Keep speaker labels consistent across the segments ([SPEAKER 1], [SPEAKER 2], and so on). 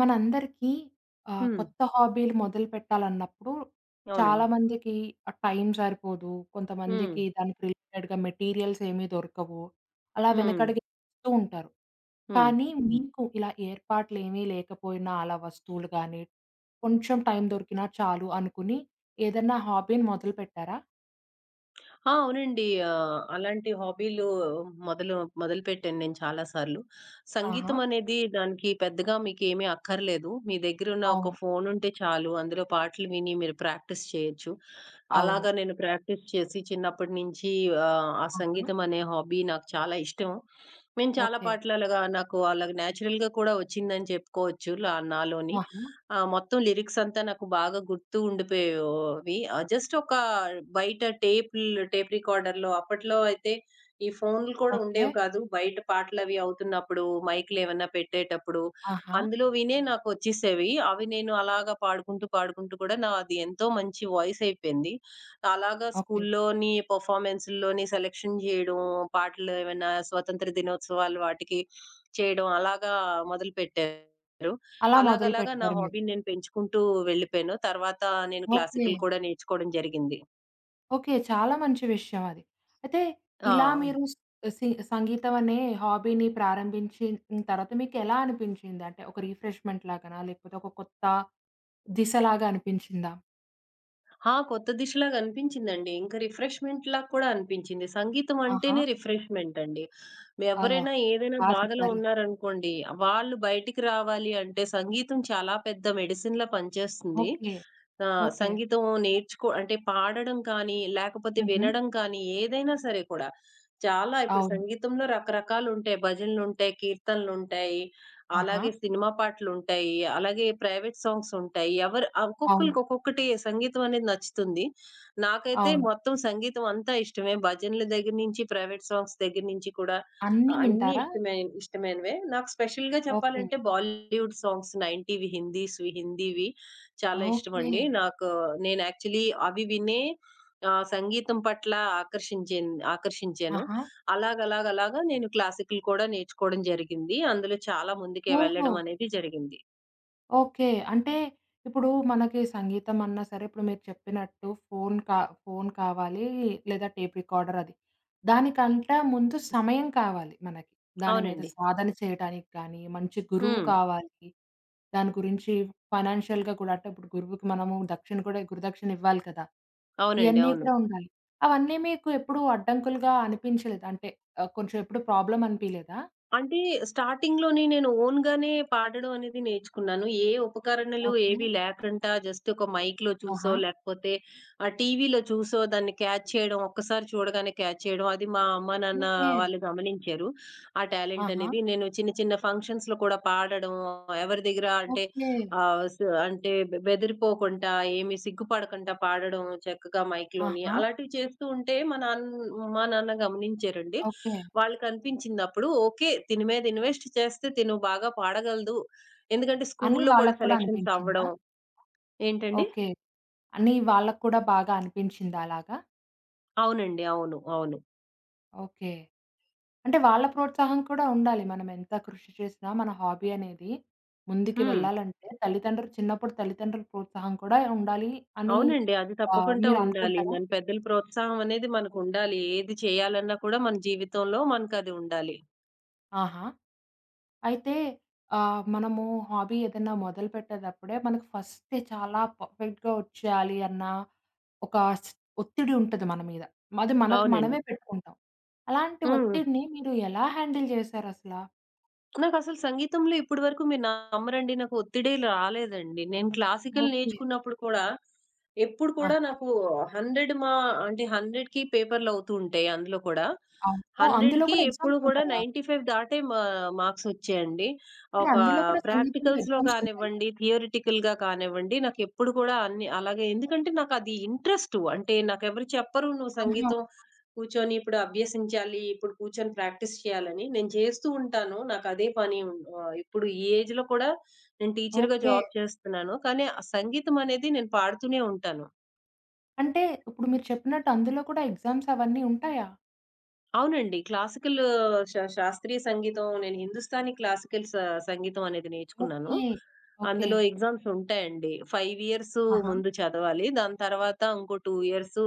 [SPEAKER 1] మనందరికీ
[SPEAKER 2] హ్మ్.
[SPEAKER 1] కొత్త హాబీలు మొదలుపెట్టాలన్నప్పుడు
[SPEAKER 2] అవునండి.
[SPEAKER 1] చాలామందికి ఆ టైం సరిపోదు.
[SPEAKER 2] హ్మ్.
[SPEAKER 1] కొంతమందికి దానికి రిలేటెడ్‌గా మెటీరియల్స్ ఏమీ దొరకవు. అలా
[SPEAKER 2] హ్మ్.
[SPEAKER 1] వెనకడుగు వేస్తూ ఉంటారు.
[SPEAKER 2] హ్మ్.
[SPEAKER 1] కానీ మీకు ఇలా ఏర్పాట్లేమీ లేకపోయినా అలా వస్తువులు గానీ, కొంచెం టైం దొరికినా చాలు అనుకుని ఏదన్నా హాబీని మొదలుపెట్టారా?
[SPEAKER 2] ఆ! అవునండి. అలాంటి హాబీలు మొదలు మొదలుపెట్టాను నేను చాలా సార్లు.
[SPEAKER 1] ఆహా!
[SPEAKER 2] సంగీతం అనేది దానికి పెద్దగా మీకేమీ అక్కర్లేదు. మీ దగ్గరున్న ఒక
[SPEAKER 1] అవును.
[SPEAKER 2] ఫోనుంటే చాలు. అందులో పాటలు విని మీరు ప్రాక్టీస్ చేయొచ్చు.
[SPEAKER 1] అవును.
[SPEAKER 2] అలాగా నేను ప్రాక్టీస్ చేసి చిన్నప్పటి నుంచి ఆ
[SPEAKER 1] ఆహా!
[SPEAKER 2] సంగీతం అనే హాబీ నాకు చాలా ఇష్టం. నేను చాలా
[SPEAKER 1] ఓకే.
[SPEAKER 2] పాటలు అలాగా నాకు అలాగా నేచురల్‌గా కూడా వచ్చిందని చెప్పుకోవచ్చు. లా నాలోని.
[SPEAKER 1] ఆహా!
[SPEAKER 2] మొత్తం లిరిక్స్ అంతా నాకు బాగా గుర్తు ఉండిపోయేవి. జస్ట్ ఒక బయట టేపులు టేప్ రికార్డర్‌లో అప్పట్లో అయితే ఈ ఫోన్లు కూడా
[SPEAKER 1] ఓకే.
[SPEAKER 2] ఉండేవి కాదు. బయట పాటలవి అవుతున్నప్పుడు మైక్‌లేమన్నా పెట్టేటప్పుడు
[SPEAKER 1] ఆహా!
[SPEAKER 2] అందులో వినే నాకొచ్చేసేవి. అవి నేను అలాగా పాడుకుంటూ, పాడుకుంటూ కూడా నాది ఎంతో మంచి వాయిస్ అయిపోయింది. అలాగా
[SPEAKER 1] ఓకే.
[SPEAKER 2] స్కూల్లోని పెర్ఫార్మన్స్‌ల్లోని సెలక్షన్ జేయడం, పాటలు ఏమైనా స్వతంత్ర దినోత్సవాలు వాటికి చేయడం అలాగా మొదలుపెట్టారు.
[SPEAKER 1] అలా
[SPEAKER 2] అలాగలాగా నా
[SPEAKER 1] మొదలుపెట్టారు మీరు.
[SPEAKER 2] హాబీని నేను పెంచుకుంటూ వెళ్ళిపోయాను. తర్వాత నేను
[SPEAKER 1] ఓకే.
[SPEAKER 2] క్లాసికల్ కూడా నేర్చుకోవడం జరిగింది.
[SPEAKER 1] ఓకే. చాలా మంచి విషయం అది. అయితే
[SPEAKER 2] ఆ!
[SPEAKER 1] ఇలా మీరు స్ సి సంగీతం అనే హాబీని ప్రారంభించిన తర్వాత మీకెలా అనిపించింది? అంటే ఒక రిఫ్రెష్‌మెంట్ లాగానా? లేకపోతే ఒక కొత్త దిశలాగా అనిపించిందా?
[SPEAKER 2] ఆ! కొత్త దిశలాగా అనిపించిందండి. ఇంకా రిఫ్రెష్‌మెంట్‌లా కూడా అనిపించింది. సంగీతం
[SPEAKER 1] ఆహా!
[SPEAKER 2] అంటేనే రిఫ్రెష్‌మెంట్ అండి. మీ
[SPEAKER 1] ఆ!
[SPEAKER 2] ఎవరైనా ఏదైనా
[SPEAKER 1] బా
[SPEAKER 2] బాధలో
[SPEAKER 1] చెప్పారు.
[SPEAKER 2] ఉన్నారనుకోండి, వాళ్ళు బయటికి రావాలి అంటే సంగీతం చాలా పెద్ద మెడిసిన్‌లా పనిచేస్తుంది.
[SPEAKER 1] ఓకే. ఓకే.
[SPEAKER 2] సంగీతం నేర్చుకో అంటే పాడడం కానీ, లేకపోతే
[SPEAKER 1] హుహు.
[SPEAKER 2] వినడం కానీ ఏదైనా సరే కూడా. చాలా ఇప్పుడు
[SPEAKER 1] అవును.
[SPEAKER 2] సంగీతంలో రకరకాలుంటాయి. భజనలుంటాయి, కీర్తనలుంటాయి.
[SPEAKER 1] ఆహా!
[SPEAKER 2] అలాగే సినిమా పాటలుంటాయి. అలాగే ప్రైవేట్ సాంగ్స్ ఉంటాయి. ఎవరు
[SPEAKER 1] అవును.
[SPEAKER 2] ఒక్కొక్కళ్ళకి ఒక్కొక్కటి సంగీతం అనేది నచ్చుతుంది. నాకైతే
[SPEAKER 1] అవును.
[SPEAKER 2] మొత్తం సంగీతం అంతా ఇష్టమే. భజనల దగ్గర నుంచి, ప్రైవేట్ సాంగ్స్ దగ్గర నుంచి కూడా
[SPEAKER 1] అన్నీ
[SPEAKER 2] అన్నీ
[SPEAKER 1] వింటారా?
[SPEAKER 2] ఇష్టమైనవే. నాకు స్పెషల్‌గా
[SPEAKER 1] ఓకే.
[SPEAKER 2] చెప్పాలంటే బాలీవుడ్ సాంగ్స్ 90వి హిందీవి చాలా
[SPEAKER 1] ఓకే.
[SPEAKER 2] ఇష్టమండి. నాకు నేను యాక్చువల్లీ అవి వినే సంగీతం పట్ల ఆకర్షించాను.
[SPEAKER 1] ఆహా!
[SPEAKER 2] అలాగలాగలాగా నేను క్లాసికల్ కూడా నేర్చుకోవడం జరిగింది. అందులో చాలా ముందుకే
[SPEAKER 1] ఓహో!
[SPEAKER 2] వెళ్ళడం అనేది జరిగింది.
[SPEAKER 1] ఓకే. అంటే ఇప్పుడు మనకి సంగీతం అన్నా సరే, ఇప్పుడు మీరు చెప్పినట్టు ఫోన్ కావాలి, లేదా టేప్ రికార్డర్ అది. దానికంట ముందు సమయం కావాలి మనకి. దాని మీద
[SPEAKER 2] అవునండి.
[SPEAKER 1] సాధన చేయడానికి కానీ, మంచి గురువు
[SPEAKER 2] హ్మ్.
[SPEAKER 1] కావాలి. దాని గురించి ఫైనాన్షియల్‌గా కూడా అంటే ఇప్పుడు గురువుకి మనము దక్షిణ కూడా గురుదక్షిణ ఇవ్వాలి కదా!
[SPEAKER 2] అవునండి.
[SPEAKER 1] ఇయన్నీ
[SPEAKER 2] అవును.
[SPEAKER 1] కూడా ఉండాలి. అవన్నీ మీకు ఎప్పుడు అడ్డంకులుగా అనిపించలేదా? అంటే కొంచెం ఎప్పుడు ప్రాబ్లమ్ అనిపియలేదా?
[SPEAKER 2] అంటే స్టార్టింగ్‌లోనే నేను ఓన్‌గానే పాడడం అనేది నేర్చుకున్నాను. ఏ ఉపకరణలు
[SPEAKER 1] ఓకే.
[SPEAKER 2] ఏవి లేకుండా జస్ట్ ఒక మైక్‌లో చూసో,
[SPEAKER 1] ఆహా!
[SPEAKER 2] లేకపోతే ఆ టీవీలో చూసో దాన్ని క్యాచ్ చేయడం, ఒక్కసారి చూడగానే క్యాచ్ చేయడం. అది మా అమ్మ, నాన్న
[SPEAKER 1] ఓకే.
[SPEAKER 2] వాళ్ళు గమనించారు. ఆ టాలెంట్
[SPEAKER 1] ఆహా!
[SPEAKER 2] అనేది. నేను చిన్న చిన్న ఫంక్షన్స్‌లో కూడా పాడడం, ఎవరి దగ్గర అంటే
[SPEAKER 1] ఓకే.
[SPEAKER 2] స్ అంటే బెదిరిపోకుండా, ఏమి సిగ్గుపడకుండా పాడడం చక్కగా మైక్‌లోని
[SPEAKER 1] ఆహా!
[SPEAKER 2] అలాంటివి చేస్తూ ఉంటే మా నాన్న గమనించారండి.
[SPEAKER 1] ఓకే.
[SPEAKER 2] వాళ్ళకనిపించిందప్పుడు ఓకే. దీని మీద ఇన్వెస్ట్ చేస్తే తిను బాగా పాడగలదు. ఎందుకంటే
[SPEAKER 1] అని
[SPEAKER 2] స్కూల్లో కూడా
[SPEAKER 1] వాళ్ళకి కూడా
[SPEAKER 2] సెలక్షన్స్
[SPEAKER 1] అనిపించిందా?
[SPEAKER 2] అవ్వడం. ఏంటండి?
[SPEAKER 1] ఓకే. అని వాళ్ళకి కూడా బాగా అనిపించిందా అలాగా?
[SPEAKER 2] అవునండి. అవును. అవును.
[SPEAKER 1] ఓకే. అంటే వాళ్ళ ప్రోత్సాహం కూడా ఉండాలి. మనం ఎంత కృషి చేసినా మన హాబీ అనేది ముందుకు
[SPEAKER 2] హ్మ్.
[SPEAKER 1] వెళ్ళాలంటే తల్లిదండ్రుల ప్రోత్సాహం కూడా ఉండాలి అని
[SPEAKER 2] అవునండి. అది తప్పకుండా
[SPEAKER 1] మీరు
[SPEAKER 2] ఉండాలి.
[SPEAKER 1] అనుకుంటారా?
[SPEAKER 2] మన పెద్దల ప్రోత్సాహం అనేది మనకుండాలి. ఏది చేయాలన్నా కూడా మన జీవితంలో మనకది ఉండాలి.
[SPEAKER 1] ఆహా! అయితే మనము హాబీ ఏదైనా మొదలుపెట్టేటప్పుడే మనకు ఫస్టే చాలా పర్ఫెక్ట్‌గా వచ్చేయాలి అన్న ఒక స్ ఒత్తిడి ఉంటది మన మీద. అది మనకు
[SPEAKER 2] అవునండి.
[SPEAKER 1] మనమే పెట్టుకుంటాం. అలాంటి
[SPEAKER 2] హ్మ్.
[SPEAKER 1] ఒత్తిడిని మీరు ఎలా హ్యాండిల్ చేశారసలా?
[SPEAKER 2] నాకసలు సంగీతంలో ఇప్పటి వరకు మీరు నమ్మరండి. నాకు ఒత్తిడే రాలేదండి. నేను క్లాసికల్
[SPEAKER 1] ఓకే.
[SPEAKER 2] నేర్చుకున్నప్పుడు కూడా, ఎప్పుడు కూడా
[SPEAKER 1] ఆహ్,
[SPEAKER 2] నాకు 100 మా అంటే 100కి పేపర్‌లు అవుతూ ఉంటాయి. అందులో కూడా
[SPEAKER 1] ఓహ్! అందులో
[SPEAKER 2] 100కి
[SPEAKER 1] కూడా
[SPEAKER 2] ఎప్పుడు
[SPEAKER 1] ఎగ్జామ్స్
[SPEAKER 2] కూడా
[SPEAKER 1] ఉంటాయా?
[SPEAKER 2] 95 దాటే మా మార్క్స్ వచ్చాయండి.
[SPEAKER 1] అంటే
[SPEAKER 2] ఒక
[SPEAKER 1] అందులో కూడా సంగీతంలో
[SPEAKER 2] ప్రాక్టికల్స్‌లో
[SPEAKER 1] ఎగ్జామ్స్ ఉంటాయా?
[SPEAKER 2] కానివ్వండి, థియరిటికల్‌గా కానివ్వండి, నాకెప్పుడు కూడా అన్ని అలాగే ఎందుకంటే నాకు అది ఇంట్రెస్టు. అంటే నాకెవరు చెప్పరు, "నువ్వు
[SPEAKER 1] ఆహా!
[SPEAKER 2] సంగీతం కూర్చొని ఇప్పుడు అభ్యసించాలి. ఇప్పుడు కూర్చొని ప్రాక్టీస్ చేయాలని నేను చేస్తూ ఉంటాను. నాకదే పని ఇప్పుడు ఈ ఏజ్‌లో కూడా నేను టీచర్‌గా
[SPEAKER 1] ఓకే.
[SPEAKER 2] జాబ్ చేస్తున్నాను. కానీ, ఆ సంగీతం అనేది నేను పాడుతూనే ఉంటాను.
[SPEAKER 1] అంటే ఇప్పుడు మీరు చెప్పినట్టు అందులో కూడా ఎగ్జామ్స్ అవన్నీ ఉంటాయా?
[SPEAKER 2] అవునండి. క్లాసికల్ శాస్త్రీయ సంగీతం నేను హిందుస్థానీ క్లాసికల్ సంగీతం అనేది నేర్చుకున్నాను.
[SPEAKER 1] ఓకే. ఓకే.
[SPEAKER 2] అందులో ఎగ్జామ్స్ ఉంటాయండి. 5 ఇయర్స్
[SPEAKER 1] ఆహా!
[SPEAKER 2] ముందు చదవాలి. దాని తర్వాత ఇంకో 2 ఇయర్స్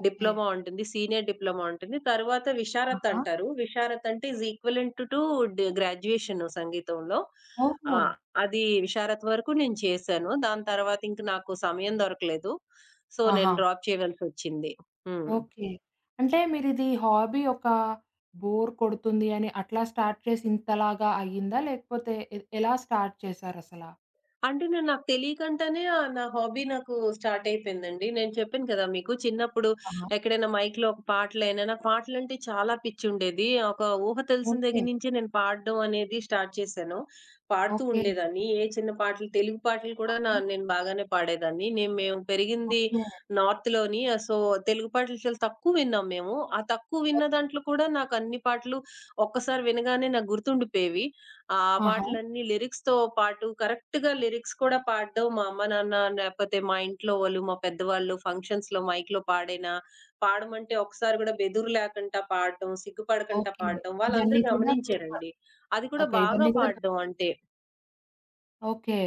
[SPEAKER 1] ఓకే.
[SPEAKER 2] డిప్లొమా ఉంటుంది. సీనియర్ డిప్లొమా ఉంటుంది. తర్వాత విషారత్
[SPEAKER 1] ఆహా!
[SPEAKER 2] అంటారు. విషారత్ అంటే ఈస్ ఈక్వివలెంట్ టు గ్రాడ్యుయేషన్ సంగీతంలో. ఆ!
[SPEAKER 1] ఓహో!
[SPEAKER 2] అది విషారత్ వరకు నేను చేశాను. దాని తర్వాత ఇంక నాకు సమయం దొరకలేదు. సో, నేను
[SPEAKER 1] ఆహా!
[SPEAKER 2] డ్రాప్ చేయవలసొచ్చింది. హ్మ్.
[SPEAKER 1] ఓకే. అంటే మీరిది హాబీ ఒక బోర్ కొడుతుంది అని అట్లా స్టార్ట్ చేసి ఇంతలాగా అయ్యిందా? లేకపోతే ఎలా స్టార్ట్ చేశారసలా?
[SPEAKER 2] అంటే నేను నాకు తెలియకుండానే నా హాబీ నాకు స్టార్ట్ అయిపోయిందండి. నేను చెప్పాను కదా మీకు చిన్నప్పుడు
[SPEAKER 1] ఆహా!
[SPEAKER 2] ఎక్కడైనా మైక్‌లో ఒక పాటలైనా నాకు పాటలంటే చాలా పిచ్చుండేది. ఒక ఊహ తెలిసిన
[SPEAKER 1] ఓకే.
[SPEAKER 2] దగ్గర నుంచే నేను పాడడం అనేది స్టార్ట్ చేశాను. పాడుతూ
[SPEAKER 1] ఓకే.
[SPEAKER 2] ఉండేదాన్ని. ఏ చిన్న పాటలు తెలుగు పాటలు కూడా
[SPEAKER 1] ఆహా!
[SPEAKER 2] నేను బాగానే పాడేదాన్ని. మేము పెరిగింది
[SPEAKER 1] ఓకే.
[SPEAKER 2] నార్త్‌లోని. సో, తెలుగు పాటలు చాలా తక్కువ విన్నాం మేము. ఆ తక్కువ విన్న
[SPEAKER 1] ఓహ్!
[SPEAKER 2] దాంట్లో కూడా నాకు అన్ని పాటలు ఒక్కసారి వినగానే నాకు గుర్తుండిపోయేవి. ఆ
[SPEAKER 1] ఆహా!
[SPEAKER 2] పాటలన్నీ లిరిక్స్‌తో పాటు కరెక్ట్‌గా లిరిక్స్ కూడా పాడడం మా అమ్మ, నాన్న లేపోతే మా ఇంట్లో వాళ్ళు, మా పెద్దవాళ్ళు ఫంక్షన్స్‌లో మైక్‌లో పాడినా, పాడమంటే ఒకసారి గూడా బెదురు లేకుండా పాడడం, సిగ్గుపడకుండా
[SPEAKER 1] ఓకే.
[SPEAKER 2] పాడడం వాళ్ళందరూ
[SPEAKER 1] ఇవన్నీ కూడా గుర్తుప
[SPEAKER 2] గమనించారండి. అది కూడా
[SPEAKER 1] ఓకే.
[SPEAKER 2] బాగా
[SPEAKER 1] ఇవన్నీ కూడా గు
[SPEAKER 2] పాడడం అంటే.
[SPEAKER 1] ఓకే.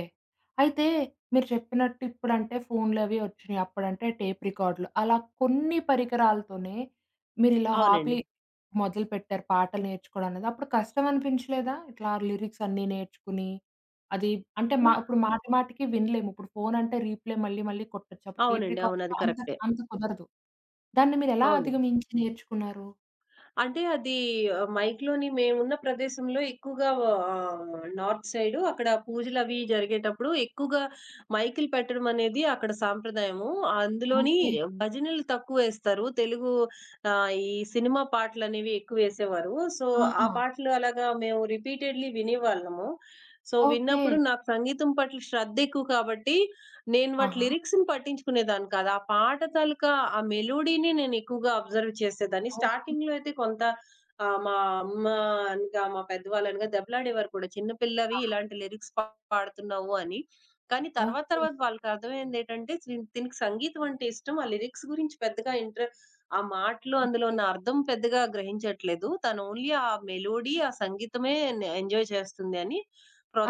[SPEAKER 1] అయితే మీరు చెప్పినట్టు ఇప్పుడంటే ఫోన్‌లవి వచ్చినియి. అప్పుడంటే టేప్ రికార్డులు. అలా కొన్ని పరికరాలతోనే మీరిలా
[SPEAKER 2] అవునండి.
[SPEAKER 1] హాబీ మొదలుపెట్టారు పాటలు నేర్చుకోవడం అనేది. అప్పుడు కష్టం అనిపించలేదా? ఇట్లా లిరిక్స్ అన్నీ నేర్చుకుని అది అంటే మా ఇప్పుడు మాటి మాటికి వినలేము. ఇప్పుడు ఫోన్ అంటే రీప్లే మళ్ళీ మళ్ళీ కొట్టొచ్చు. అప్పుడు టేప్
[SPEAKER 2] అవునండి. అవును. అది
[SPEAKER 1] రికార్డర్‌లో అంత
[SPEAKER 2] కరెక్టే.
[SPEAKER 1] అంత కుదరదు. దాన్ని మీరెలా
[SPEAKER 2] అవును.
[SPEAKER 1] అధిగమించి నేర్చుకున్నారు?
[SPEAKER 2] అంటే అది మైక్‌లోని మేమున్న ప్రదేశంలో ఎక్కువగా నార్త్ సైడు అక్కడ పూజలవి జరిగేటప్పుడు ఎక్కువగా మైకులు పెట్టడం అనేది అక్కడ సాంప్రదాయము. అందులోని
[SPEAKER 1] ఓకే.
[SPEAKER 2] భజనలు తక్కువేస్తారు. తెలుగు ఈ సినిమా పాటలనేవి ఎక్కువేసేవారు. సో, ఆ
[SPEAKER 1] ఆహా!
[SPEAKER 2] పాటలు అలాగా మేము రిపీటెడ్‌లీ వినేవాళ్ళము. So,
[SPEAKER 1] okay.
[SPEAKER 2] విన్నప్పుడు నాకు సంగీతం పట్ల శ్రద్ధెక్కువ కాబట్టి నేను వాటి
[SPEAKER 1] ఆహా!
[SPEAKER 2] లిరిక్స్‌ని పట్టించుకునేదాన్ని కాదు. ఆ పాట తాలూకా ఆ మెలోడీని నేను ఎక్కువగా అబ్జర్వ్ చేసేదాన్ని.
[SPEAKER 1] ఓకే.
[SPEAKER 2] స్టార్టింగ్‌లో అయితే కొంత మా అమ్మ అనగా, మా పెద్దవాళ్ళు అనగా దెబ్బలాడేవారు కూడా. చిన్న పిల్లవి
[SPEAKER 1] ఆహా!
[SPEAKER 2] ఇలాంటి లిరిక్స్ పాడుతున్నావు అని. కానీ తర్వాత
[SPEAKER 1] ఓకే.
[SPEAKER 2] తర్వాత వాళ్ళకర్థమైందేటంటే సి తినికి సంగీతం అంటే ఇష్టం. ఆ లిరిక్స్ గురించి పెద్దగా ఆ మాటలు అందులో
[SPEAKER 1] ఓకే.
[SPEAKER 2] ఉన్న అర్థం పెద్దగా గ్రహించట్లేదు. తను ఓన్లీ ఆ మెలోడీ, ఆ సంగీతమే నే ఎంజాయ్ చేస్తుంది అని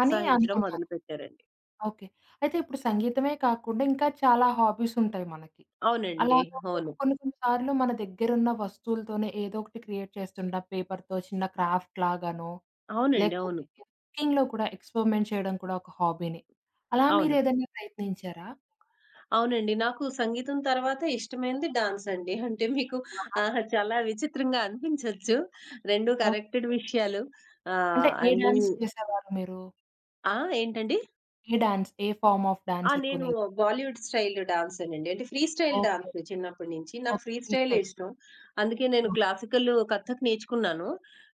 [SPEAKER 1] అని అనుకున్నారు.
[SPEAKER 2] మొదలుపెట్టారండి.
[SPEAKER 1] ఓకే. అయితే ఇప్పుడు సంగీతమే కాకుండా ఇంకా చాలా హాబీస్ ఉంటాయి మనకి.
[SPEAKER 2] అవునండి.
[SPEAKER 1] అలాగప్పుడు
[SPEAKER 2] అవును.
[SPEAKER 1] కొన్ని కొన్ని సార్లు మన దగ్గరున్న వస్తువులతోనే ఏదో ఒకటి క్రియేట్ చేస్తుంటాం. పేపర్‌తో చిన్న క్రాఫ్ట్ లాగానో,
[SPEAKER 2] అవునండి.
[SPEAKER 1] లేకపోతే
[SPEAKER 2] అవును.
[SPEAKER 1] కుకింగ్‌లో కూడా ఎక్స్‌పెరిమెంట్ చేయడం కూడా ఒక హాబీనే. అలా
[SPEAKER 2] అవును.
[SPEAKER 1] మీరేదైనా ప్రయత్నించారా?
[SPEAKER 2] అవునండి. నాకు సంగీతం తర్వాత ఇష్టమైనది డాన్స్ అండి. అంటే మీకు
[SPEAKER 1] ఆహా!
[SPEAKER 2] చాలా విచిత్రంగా అనిపించొచ్చు. 2
[SPEAKER 1] ఓకే.
[SPEAKER 2] కనెక్టెడ్ విషయాలు.
[SPEAKER 1] అంటే ఏ
[SPEAKER 2] అన్నీ
[SPEAKER 1] డాన్స్ చేసేవారు మీరు?
[SPEAKER 2] ఆ! ఏంటండి?
[SPEAKER 1] ఏ డాన్స్? ఏ ఫార్మ్ ఆఫ్
[SPEAKER 2] ఆ!
[SPEAKER 1] డాన్స్ ఎక్కువ
[SPEAKER 2] నేను
[SPEAKER 1] నేర్
[SPEAKER 2] బాలీవుడ్ స్టైల్ డాన్సేనండి. అంటే ఫ్రీ స్టైల్ డాన్స్
[SPEAKER 1] ఓకే.
[SPEAKER 2] చిన్నప్పటి నుంచి. నాకు
[SPEAKER 1] ఓకే.
[SPEAKER 2] ఫ్రీ
[SPEAKER 1] ఫ్రీ
[SPEAKER 2] స్టైలే
[SPEAKER 1] స్టైల్.
[SPEAKER 2] ఇష్టం. అందుకే నేను
[SPEAKER 1] ఆహా!
[SPEAKER 2] క్లాసికల్ కథక్ నేర్చుకున్నాను.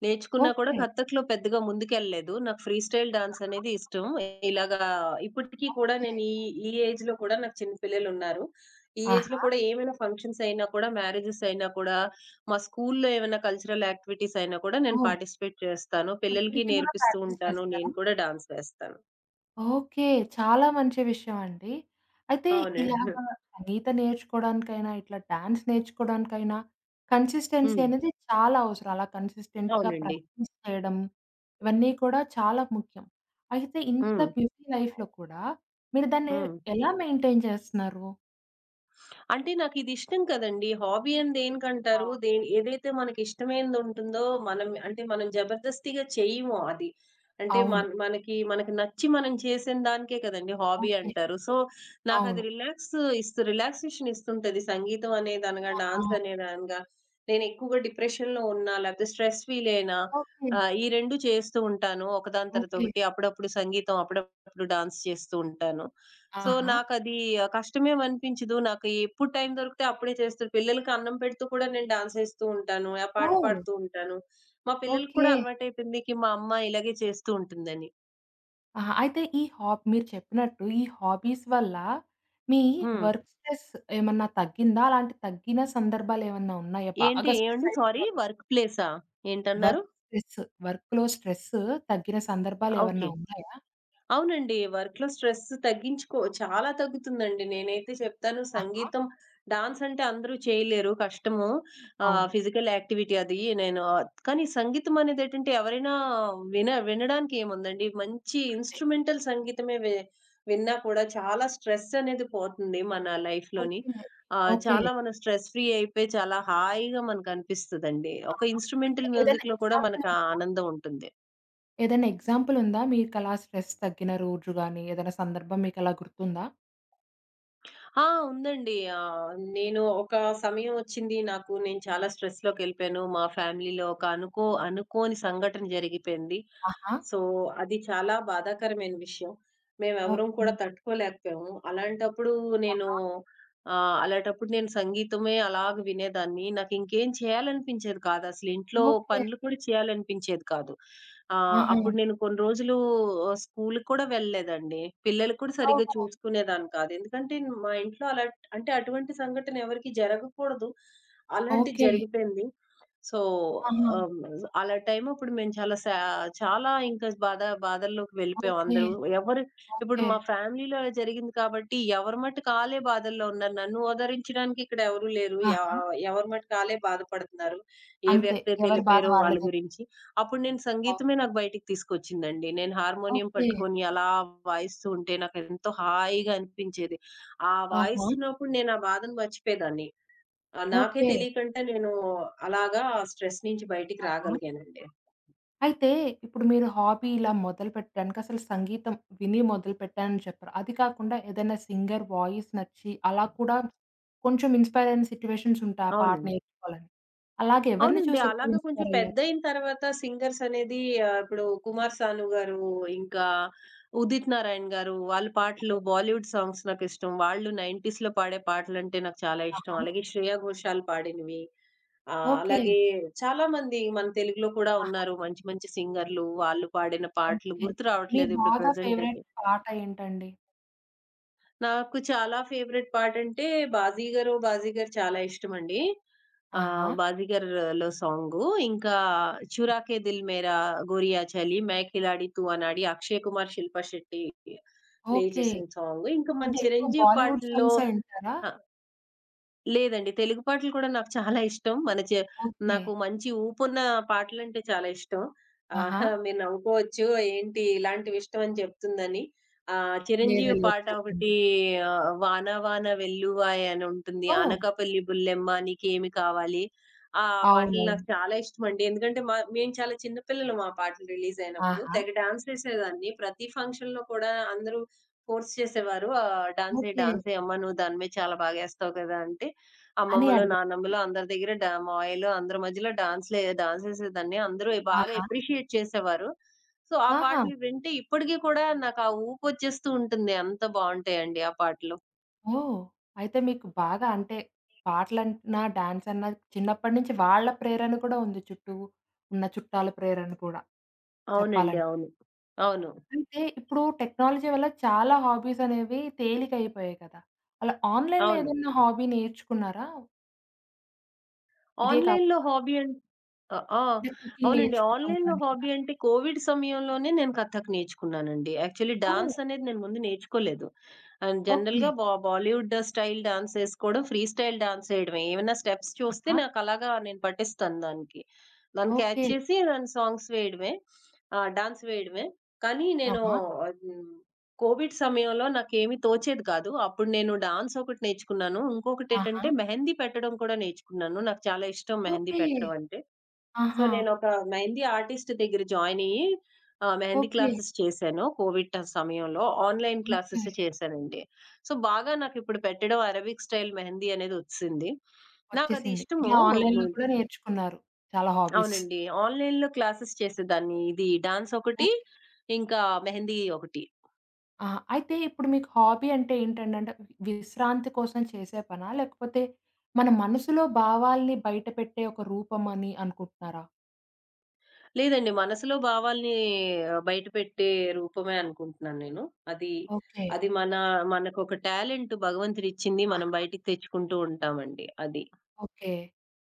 [SPEAKER 2] నేర్చుకున్నా కూడా
[SPEAKER 1] ఓకే.
[SPEAKER 2] కథక్‌లో పెద్దగా ముందుకెళ్ళలేదు. నాకు ఫ్రీ స్టైల్ డాన్స్
[SPEAKER 1] ఆహా!
[SPEAKER 2] అనేది ఇష్టం. ఇలాగా ఇప్పటికి కూడా
[SPEAKER 1] ఓకే.
[SPEAKER 2] నేను ఈ ఈ ఏజ్‌లో కూడా నాకు చిన్న పిల్లలున్నారు. ఈ ఏజ్‌లో
[SPEAKER 1] ఆహా!
[SPEAKER 2] కూడా ఏమైనా ఫంక్షన్స్ అయినా కూడా, మ్యారేజెస్ అయినా కూడా, మా స్కూల్‌లో ఏమైనా కల్చరల్ యాక్టివిటీస్ అయినా కూడా నేను
[SPEAKER 1] ఓహ్!
[SPEAKER 2] పార్టిసిపేట్ చేస్తాను. పిల్లలకి
[SPEAKER 1] ఇప్పటికి కూడా
[SPEAKER 2] నేర్పిస్తూ
[SPEAKER 1] ప్రాక్టీస్
[SPEAKER 2] ఉంటాను.
[SPEAKER 1] చేస్తారా?
[SPEAKER 2] నేను కూడా డాన్స్ వేస్తాను.
[SPEAKER 1] ఓకే. చాలా మంచి విషయం అండి. అయితే
[SPEAKER 2] అవును.
[SPEAKER 1] ఇలాగ సంగీతం నేర్చుకోవడానికైనా, ఇట్లా డాన్స్ నేర్చుకోవడానికైనా కన్సిస్టెన్సీ
[SPEAKER 2] హ్మ్.
[SPEAKER 1] అనేది చాలా అవసరం. అలా కన్సిస్టెంట్‌గా
[SPEAKER 2] అవునండి.
[SPEAKER 1] ప్రాక్టీస్ చేయడం, ఇవన్నీ కూడా చాలా ముఖ్యం. అయితే ఇంత
[SPEAKER 2] హ్మ్.
[SPEAKER 1] బిజీ లైఫ్‌లో కూడా మీరు దాన్ని
[SPEAKER 2] హ్మ్.
[SPEAKER 1] ఎలా మెయింటైన్ చేస్తున్నారు?
[SPEAKER 2] అంటే నాకిదిష్టం కదండీ. హాబీ అని
[SPEAKER 1] ఆ!
[SPEAKER 2] దేనికంటారు? ఏదైతే మనకిష్టమైనదుంటుందో మనం అంటే మనం జబర్దస్తిగా చెయ్యము అది. అంటే
[SPEAKER 1] అవును.
[SPEAKER 2] మనకి మనకి నచ్చి మనం చేసిన దానికే కదండీ హాబీ
[SPEAKER 1] ఓకే.
[SPEAKER 2] అంటారు. సో, నాకది
[SPEAKER 1] అవును.
[SPEAKER 2] ఇస్తూ రిలాక్సేషన్ ఇస్తుంటది. సంగీతం అనేదనగా,
[SPEAKER 1] ఆహా!
[SPEAKER 2] డాన్స్ అనేదనగా. నేనెక్కువగా డిప్రెషన్‌లో ఉన్నా, లేపోతే స్ట్రెస్ ఫీల్ అయినా
[SPEAKER 1] ఓకే.
[SPEAKER 2] ఈ 2 చేస్తూ ఉంటాను. ఒకదాని తర్వాత
[SPEAKER 1] ఓకే.
[SPEAKER 2] ఒకటి. అప్పుడప్పుడు సంగీతం, అప్పుడప్పుడు డాన్స్ చేస్తూ ఉంటాను. సో,
[SPEAKER 1] ఆహా!
[SPEAKER 2] నాకది కష్టమేమనిపించదు. నాకు ఎప్పుడు టైం దొరికితే అప్పుడే చేస్తారు. పిల్లలకి అన్నం పెడుతూ కూడా నేను డాన్సేస్తూ ఉంటాను. ఆ పాట
[SPEAKER 1] ఓహ్!
[SPEAKER 2] పాడుతూ ఉంటాను. మా పిల్లలకి కూడా
[SPEAKER 1] ఓకే.
[SPEAKER 2] అలవాటైపోయింది. కి మా అమ్మ ఇలాగే చేస్తూ ఉంటుందని.
[SPEAKER 1] ఆహా! అయితే ఈ మీరు చెప్పినట్టు ఈ హాబీస్ వల్ల మీ
[SPEAKER 2] హ్మ్.
[SPEAKER 1] వర్క్ స్ట్రెస్ ఏమన్నా తగ్గిందా? అలాంటి తగ్గిన సందర్భాలేమన్నా ఉన్నాయా?
[SPEAKER 2] ఏంటి
[SPEAKER 1] బాగా స్ట్రెస్
[SPEAKER 2] ఏవండి సారీ
[SPEAKER 1] అయిపోయిన
[SPEAKER 2] వర్క్ ప్లేసా? ఏంటన్నారు?
[SPEAKER 1] వర్క్ స్ట్రెస్ వర్క్‌లో స్ట్రెస్ తగ్గిన
[SPEAKER 2] ఓకే.
[SPEAKER 1] సందర్భాలేమన్నా ఉన్నాయా?
[SPEAKER 2] అవునండి. వర్క్‌లో స్ట్రెస్ తగ్గించుకో చాలా తగ్గుతుందండి. నేనైతే చెప్తాను
[SPEAKER 1] ఆహా!
[SPEAKER 2] సంగీతం, డాన్స్ అంటే అందరూ చేయలేరు కష్టము.
[SPEAKER 1] అవును.
[SPEAKER 2] ఫిజికల్ యాక్టివిటీ అది నేను ఆ, కానీ సంగీతం అనేదేటంటే ఎవరైనా వినడానికి ఏముందండి. మంచి
[SPEAKER 1] అదే.
[SPEAKER 2] ఇన్‌స్ట్రుమెంటల్ సంగీతమే విన్నా కూడా చాలా స్ట్రెస్ అనేది పోతుంది మన లైఫ్‌లోని.
[SPEAKER 1] ఓకే. ఓకే.
[SPEAKER 2] చాలా మనం స్ట్రెస్ ఫ్రీ అయిపోయి చాలా హాయిగా మనకనిపిస్తదండి. ఒక
[SPEAKER 1] ఆహా! అంటే
[SPEAKER 2] ఇన్‌స్ట్రుమెంటల్
[SPEAKER 1] ఏదైనా
[SPEAKER 2] మ్యూజిక్‌లో కూడా
[SPEAKER 1] ఎగ్జాంపుల్
[SPEAKER 2] మనకు ఆ
[SPEAKER 1] ఉందా?
[SPEAKER 2] ఆనందం ఉంటుంది.
[SPEAKER 1] ఏదైనా ఎగ్జాంపుల్ ఉందా? మీకలా స్ట్రెస్ తగ్గిన రోజు గాని, ఏదైనా సందర్భం మీకలా గుర్తుందా?
[SPEAKER 2] ఆ! ఉందండి. నేను ఒక సమయం వచ్చింది నాకు నేను చాలా స్ట్రెస్‌లోకెళ్ళిపోయాను. మా ఫ్యామిలీలో ఒక అనుకోని సంఘటన జరిగిపోయింది.
[SPEAKER 1] ఆహా!
[SPEAKER 2] సో, అది చాలా బాధాకరమైన విషయం. మేమెవరం
[SPEAKER 1] ఓకే.
[SPEAKER 2] కూడా తట్టుకోలేకపోయాము. అలాంటప్పుడు నేను సంగీతమే అలాగ వినేదాన్ని. నాకింకేం చేయాలనిపించేది కాదు. అసలు ఇంట్లో
[SPEAKER 1] ఓకే.
[SPEAKER 2] పనులు కూడా చేయాలనిపించేది కాదు.
[SPEAKER 1] ఆహా!
[SPEAKER 2] అప్పుడు నేను కొన్ని రోజులు స్కూలుకి కూడా వెళ్ళలేదండి. పిల్లలు కూడా సరిగ్గా
[SPEAKER 1] ఓహో!
[SPEAKER 2] చూసుకునేదాన్ని కాదు. ఎందుకంటే మా ఇంట్లో అలా అంటే అటువంటి సంఘటన ఎవరికీ జరగకూడదు. అలాంటిది
[SPEAKER 1] ఓకే.
[SPEAKER 2] జరిగిపోయింది. సో,
[SPEAKER 1] ఆహా!
[SPEAKER 2] ఆహ్, అలా టైం అప్పుడు మేము చాలా ఇంకా బాధల్లోకి వెళ్ళిపోయాం
[SPEAKER 1] ఓకే.
[SPEAKER 2] అందరూ. ఎవరు ఇప్పుడు
[SPEAKER 1] ఓకే.
[SPEAKER 2] మా ఫ్యామిలీలో అలా జరిగింది కాబట్టి ఎవరి మటుకు ఆళ్ళే బాధల్లో ఉన్నారు. నన్ను ఓదరించడానికి ఇక్కడ ఎవరు లేరు.
[SPEAKER 1] ఆహా!
[SPEAKER 2] ఎవరి మటుకు ఆళ్ళే బాధపడుతున్నారు. ఏ
[SPEAKER 1] అంతే.
[SPEAKER 2] వ్యక్తి అయితే
[SPEAKER 1] ఎవరి బాధ
[SPEAKER 2] ఎళ్ళిపోయారో వాళ్ళ
[SPEAKER 1] వాళ్ళదే కదా!
[SPEAKER 2] గురించి. అప్పుడు నేను
[SPEAKER 1] అవును.
[SPEAKER 2] సంగీతమే నాకు బయటికి తీసుకొచ్చిందండి. నేను హార్మోనియం
[SPEAKER 1] ఓకే.
[SPEAKER 2] పట్టుకొని అలా వాయిస్తూ ఉంటే నాకెంతో హాయిగా అనిపించేది. ఆ
[SPEAKER 1] ఆహా!
[SPEAKER 2] వాయిస్తున్నప్పుడు నేను ఆ బాధను మర్చిపోయేదాన్ని. నాకే
[SPEAKER 1] ఓకే.
[SPEAKER 2] తెలియకుండా నేను అలాగా ఆ స్ట్రెస్ నుంచి బయటికి
[SPEAKER 1] ఆహా!
[SPEAKER 2] రాగలిగానండి.
[SPEAKER 1] అయితే ఇప్పుడు మీరు హాబీ ఇలా మొదలుపెట్టడానికి అసలు సంగీతం విని మొదలుపెట్టానని చెప్పారు. అది కాకుండా ఏదైనా సింగర్ వాయిస్ నచ్చి అలా కూడా కొంచెం ఇన్‌స్పైర్ అయిన సిట్యుయేషన్స్ ఉంటాయి ఆ పాట
[SPEAKER 2] అవునండి.
[SPEAKER 1] నేర్చుకోవాలని. అలాగే ఎవరిని
[SPEAKER 2] అవునండి.
[SPEAKER 1] చూసి ఎక్కువ
[SPEAKER 2] అలాగా కొంచెం
[SPEAKER 1] ఇన్‌స్పైర్ అయ్యారు?
[SPEAKER 2] పెద్దయిన తర్వాత సింగర్స్ అనేది ఇప్పుడు కుమార్ సాను గారు, ఇంకా ఉదిత్ నారాయణ్ గారు వాళ్ళ పాటలు
[SPEAKER 1] అవును.
[SPEAKER 2] బాలీవుడ్ సాంగ్స్ నాకిష్టం. వాళ్ళు 90స్‌లో పాడే పాటలంటే నాకు చాలా ఇష్టం.
[SPEAKER 1] ఆహా!
[SPEAKER 2] అలాగే శ్రేయా ఘోషాల్ పాడినవి.
[SPEAKER 1] ఓకే.
[SPEAKER 2] అలాగే చాలామంది మన తెలుగులో కూడా
[SPEAKER 1] ఆహా!
[SPEAKER 2] ఉన్నారు మంచి మంచి సింగర్‌లు. వాళ్ళు పాడిన పాటలు
[SPEAKER 1] ఓకే.
[SPEAKER 2] గుర్తు
[SPEAKER 1] మీ
[SPEAKER 2] రావట్లేదు ఇప్పుడు
[SPEAKER 1] బాగా
[SPEAKER 2] ప్రెజెంట్
[SPEAKER 1] ఫేవరెట్
[SPEAKER 2] అయితే.
[SPEAKER 1] పాట ఏంటండి?
[SPEAKER 2] నాకు చాలా ఫేవరెట్ పాటంటే 'బాజీ గారు' చాలా ఇష్టమండి.
[SPEAKER 1] ఆహా!
[SPEAKER 2] 'బాజీ గార్‌లో' సాంగు. ఇంకా 'చురా కే దిల్ మేరా', 'గోరియా చలి', 'మై ఖిలాడి తూ అనాడి' అక్షయ్ కుమార్, శిల్పా శెట్టి ప్లే
[SPEAKER 1] ఓకే.
[SPEAKER 2] చేసిన సాంగు. ఇంకా మన
[SPEAKER 1] అంటే ఎక్కువ
[SPEAKER 2] చిరంజీవి
[SPEAKER 1] బాలీవుడ్
[SPEAKER 2] పాటల్లో
[SPEAKER 1] సాంగ్సే వింటారా?
[SPEAKER 2] ఆ! లేదండి. తెలుగు పాటలు కూడా నాకు చాలా ఇష్టం. మన చే
[SPEAKER 1] ఓకే.
[SPEAKER 2] నాకు మంచి ఊపున్న పాటలంటే చాలా ఇష్టం.
[SPEAKER 1] ఆహా!
[SPEAKER 2] ఆహా! మీరు నవ్వుకోవచ్చు. ఏంటి ఇలాంటివి ఇష్టం అని చెప్తుందని.
[SPEAKER 1] లేదు.
[SPEAKER 2] చిరంజీవి
[SPEAKER 1] లేదు.
[SPEAKER 2] పాట ఒకటి
[SPEAKER 1] చెప్పండి.
[SPEAKER 2] 'వాన వాన వెల్లువాయే' అని ఉంటుంది.
[SPEAKER 1] ఓహ్!
[SPEAKER 2] 'అనకాపల్లి బుల్లెమ్మ నీకేమి కావాలి' ఆ పాటలు
[SPEAKER 1] అవునవును.
[SPEAKER 2] నాకు చాలా ఇష్టమండి. ఎందుకంటే మేము చాలా చిన్న పిల్లలం ఆ పాటలు రిలీజ్ అయినప్పుడు.
[SPEAKER 1] ఆహా!
[SPEAKER 2] తెగ డాన్స్ చేసేదాన్ని. ప్రతి ఫంక్షన్‌లో కూడా అందరూ ఫోర్స్ చేసేవారు. "డాన్స్ చెయ్,
[SPEAKER 1] ఓకే.
[SPEAKER 2] డాన్స్ చెయ్ అమ్మ నువ్వు దాని మీద చాలా బాగేస్తావు కదా!" అంటే
[SPEAKER 1] అని
[SPEAKER 2] అమ్మమ్మలు,
[SPEAKER 1] అడిగారా?
[SPEAKER 2] నానమ్మలు అందరి దగ్గర మా ఆయిలు అందరి మధ్యలో డాన్సేసేదాన్ని. అందరూ బాగా
[SPEAKER 1] ఆహా!
[SPEAKER 2] అప్రిషియేట్ చేసేవారు. సో, ఆ
[SPEAKER 1] ఆహా!
[SPEAKER 2] పాటలు వింటే ఇప్పటికి కూడా నాకు ఆ ఊపొచ్చేస్తూ ఉంటుంది. అంత బావుంటాయండి ఆ పాటలు.
[SPEAKER 1] ఓహ్! అయితే మీకు బాగా అంటే పాటలన్నా, డాన్స్ అన్నా చిన్నప్పటి నుంచి వాళ్ళ ప్రేరణ కూడా ఉంది. చుట్టూ ఉన్న చుట్టాల ప్రేరణ కూడా
[SPEAKER 2] అవునండి.
[SPEAKER 1] చెప్పాలంటే.
[SPEAKER 2] అవును. అవును.
[SPEAKER 1] అయితే ఇప్పుడు టెక్నాలజీ వల్ల చాలా హాబీస్ అనేవి తేలికైపోయాయి కదా! అలా ఆన్‌లైన్‌లో
[SPEAKER 2] అవును.
[SPEAKER 1] ఏదన్నా హాబీ నేర్చుకున్నారా? ఇదే
[SPEAKER 2] ఆన్‌లైన్‌లో
[SPEAKER 1] కాకుండా
[SPEAKER 2] హాబీ అం అ! ఆ!
[SPEAKER 1] కుకింగ్
[SPEAKER 2] అవునండి.
[SPEAKER 1] నేర్చుకోవడం
[SPEAKER 2] ఆన్‌లైన్‌లో
[SPEAKER 1] కానీ
[SPEAKER 2] హాబీ
[SPEAKER 1] అట్లా.
[SPEAKER 2] అంటే కోవిడ్ సమయంలోనే నేను కథక్ నేర్చుకున్నానండి. యాక్చువల్లీ
[SPEAKER 1] ఓహ్!
[SPEAKER 2] డాన్స్ అనేది నేను ముందు నేర్చుకోలేదు. And
[SPEAKER 1] okay.
[SPEAKER 2] జనరల్‌గా బాలీవుడ్ స్టైల్ డాన్స్ ఏసుకోవడం, ఫ్రీ స్టైల్ డాన్స్ ఏయడమే. ఏమైనా స్టెప్స్ చూస్తే
[SPEAKER 1] ఆహా!
[SPEAKER 2] నాకు అలాగా నేను పట్టిస్తాను దానికి. దాన్ని క్యాచ్
[SPEAKER 1] ఓకే.
[SPEAKER 2] చేసి దాని సాంగ్స్ వేయడమే. డాన్స్ వేయడమే. కానీ నేను
[SPEAKER 1] ఆహా!
[SPEAKER 2] హ్మ్. కోవిడ్ సమయంలో నాకేమీ తోచేది కాదు. అప్పుడు నేను డాన్స్ ఒకటి నేర్చుకున్నాను.
[SPEAKER 1] ఆహా!
[SPEAKER 2] ఇంకొకటేటంటే మెహందీ పెట్టడం కూడా నేర్చుకున్నాను. నాకు చాలా ఇష్టం మెహందీ
[SPEAKER 1] ఓకే.
[SPEAKER 2] పెట్టడం అంటే. సో,
[SPEAKER 1] ఆహా!
[SPEAKER 2] నేనొక మెహందీ ఆర్టిస్ట్ దగ్గర జాయినయ్యి మెహందీ
[SPEAKER 1] ఓకే.
[SPEAKER 2] క్లాసెస్ చేశాను. కోవిడ్ సమయంలో ఆన్‌లైన్
[SPEAKER 1] ఓకే.
[SPEAKER 2] క్లాసెస్ చేశానండి. సో, బాగా నాకిప్పుడు పెట్టడం అరబిక్ స్టైల్ మెహందీ అనేదొచ్చేసింది. నాకది
[SPEAKER 1] వచ్చేసింది.
[SPEAKER 2] ఇష్టము.
[SPEAKER 1] ఇట్లా
[SPEAKER 2] మ మ
[SPEAKER 1] ఆన్‌లైన్‌లో కూడా నేర్చుకున్నారు చాలా హాబీస్.
[SPEAKER 2] అవునండి. ఆన్‌లైన్‌లో క్లాసెస్ చేసేదాన్ని. ఇది డాన్స్ ఒకటి,
[SPEAKER 1] ఓకే.
[SPEAKER 2] ఇంకా మెహందీ ఒకటి.
[SPEAKER 1] ఆ! అయితే ఇప్పుడు మీకు హాబీ అంటే ఏంటండి? అంటే విశ్రాంతి కోసం చేసే పనా? లేకపోతే మన మనసులో భావాల్ని బయట పెట్టే ఒక రూపమని అనుకుంటున్నారా?
[SPEAKER 2] లేదండి. మనసులో భావాల్ని బయట పెట్టే రూపమే అనుకుంటున్నాను నేను. అది
[SPEAKER 1] ఓకే.
[SPEAKER 2] అది మన మనకొక టాలెంట్ భగవంతుడిచ్చింది. మనం
[SPEAKER 1] ఆహా!
[SPEAKER 2] బయటికి తెచ్చుకుంటూ ఉంటామండి. అది.
[SPEAKER 1] ఓకే.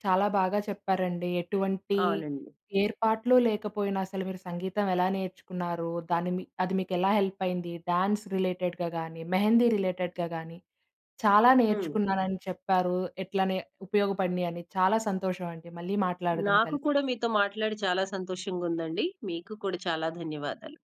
[SPEAKER 1] చాలా బాగా చెప్పారండి. ఎటువంటి
[SPEAKER 2] అవునండి.
[SPEAKER 1] ఏర్పాట్లు లేకపోయినా అసలు మీరు సంగీతం ఎలా నేర్చుకున్నారు? దాన్ని మీ అది మీకెలా హెల్ప్ అయింది? డాన్స్ రిలేటెడ్‌గా గానీ, మెహందీ రిలేటెడ్‌గా గానీ, చాలా
[SPEAKER 2] హ్మ్.
[SPEAKER 1] నేర్చుకున్నానని చెప్పారు. ఎట్లా నే ఉపయోగపడినియని. చాలా సంతోషం అండి. మళ్ళీ మాట్లాడదాం
[SPEAKER 2] నాకు
[SPEAKER 1] కలిసి.
[SPEAKER 2] కూడా మీతో మాట్లాడి చాలా సంతోషంగుందండి. మీకు కూడా చాలా ధన్యవాదాలు.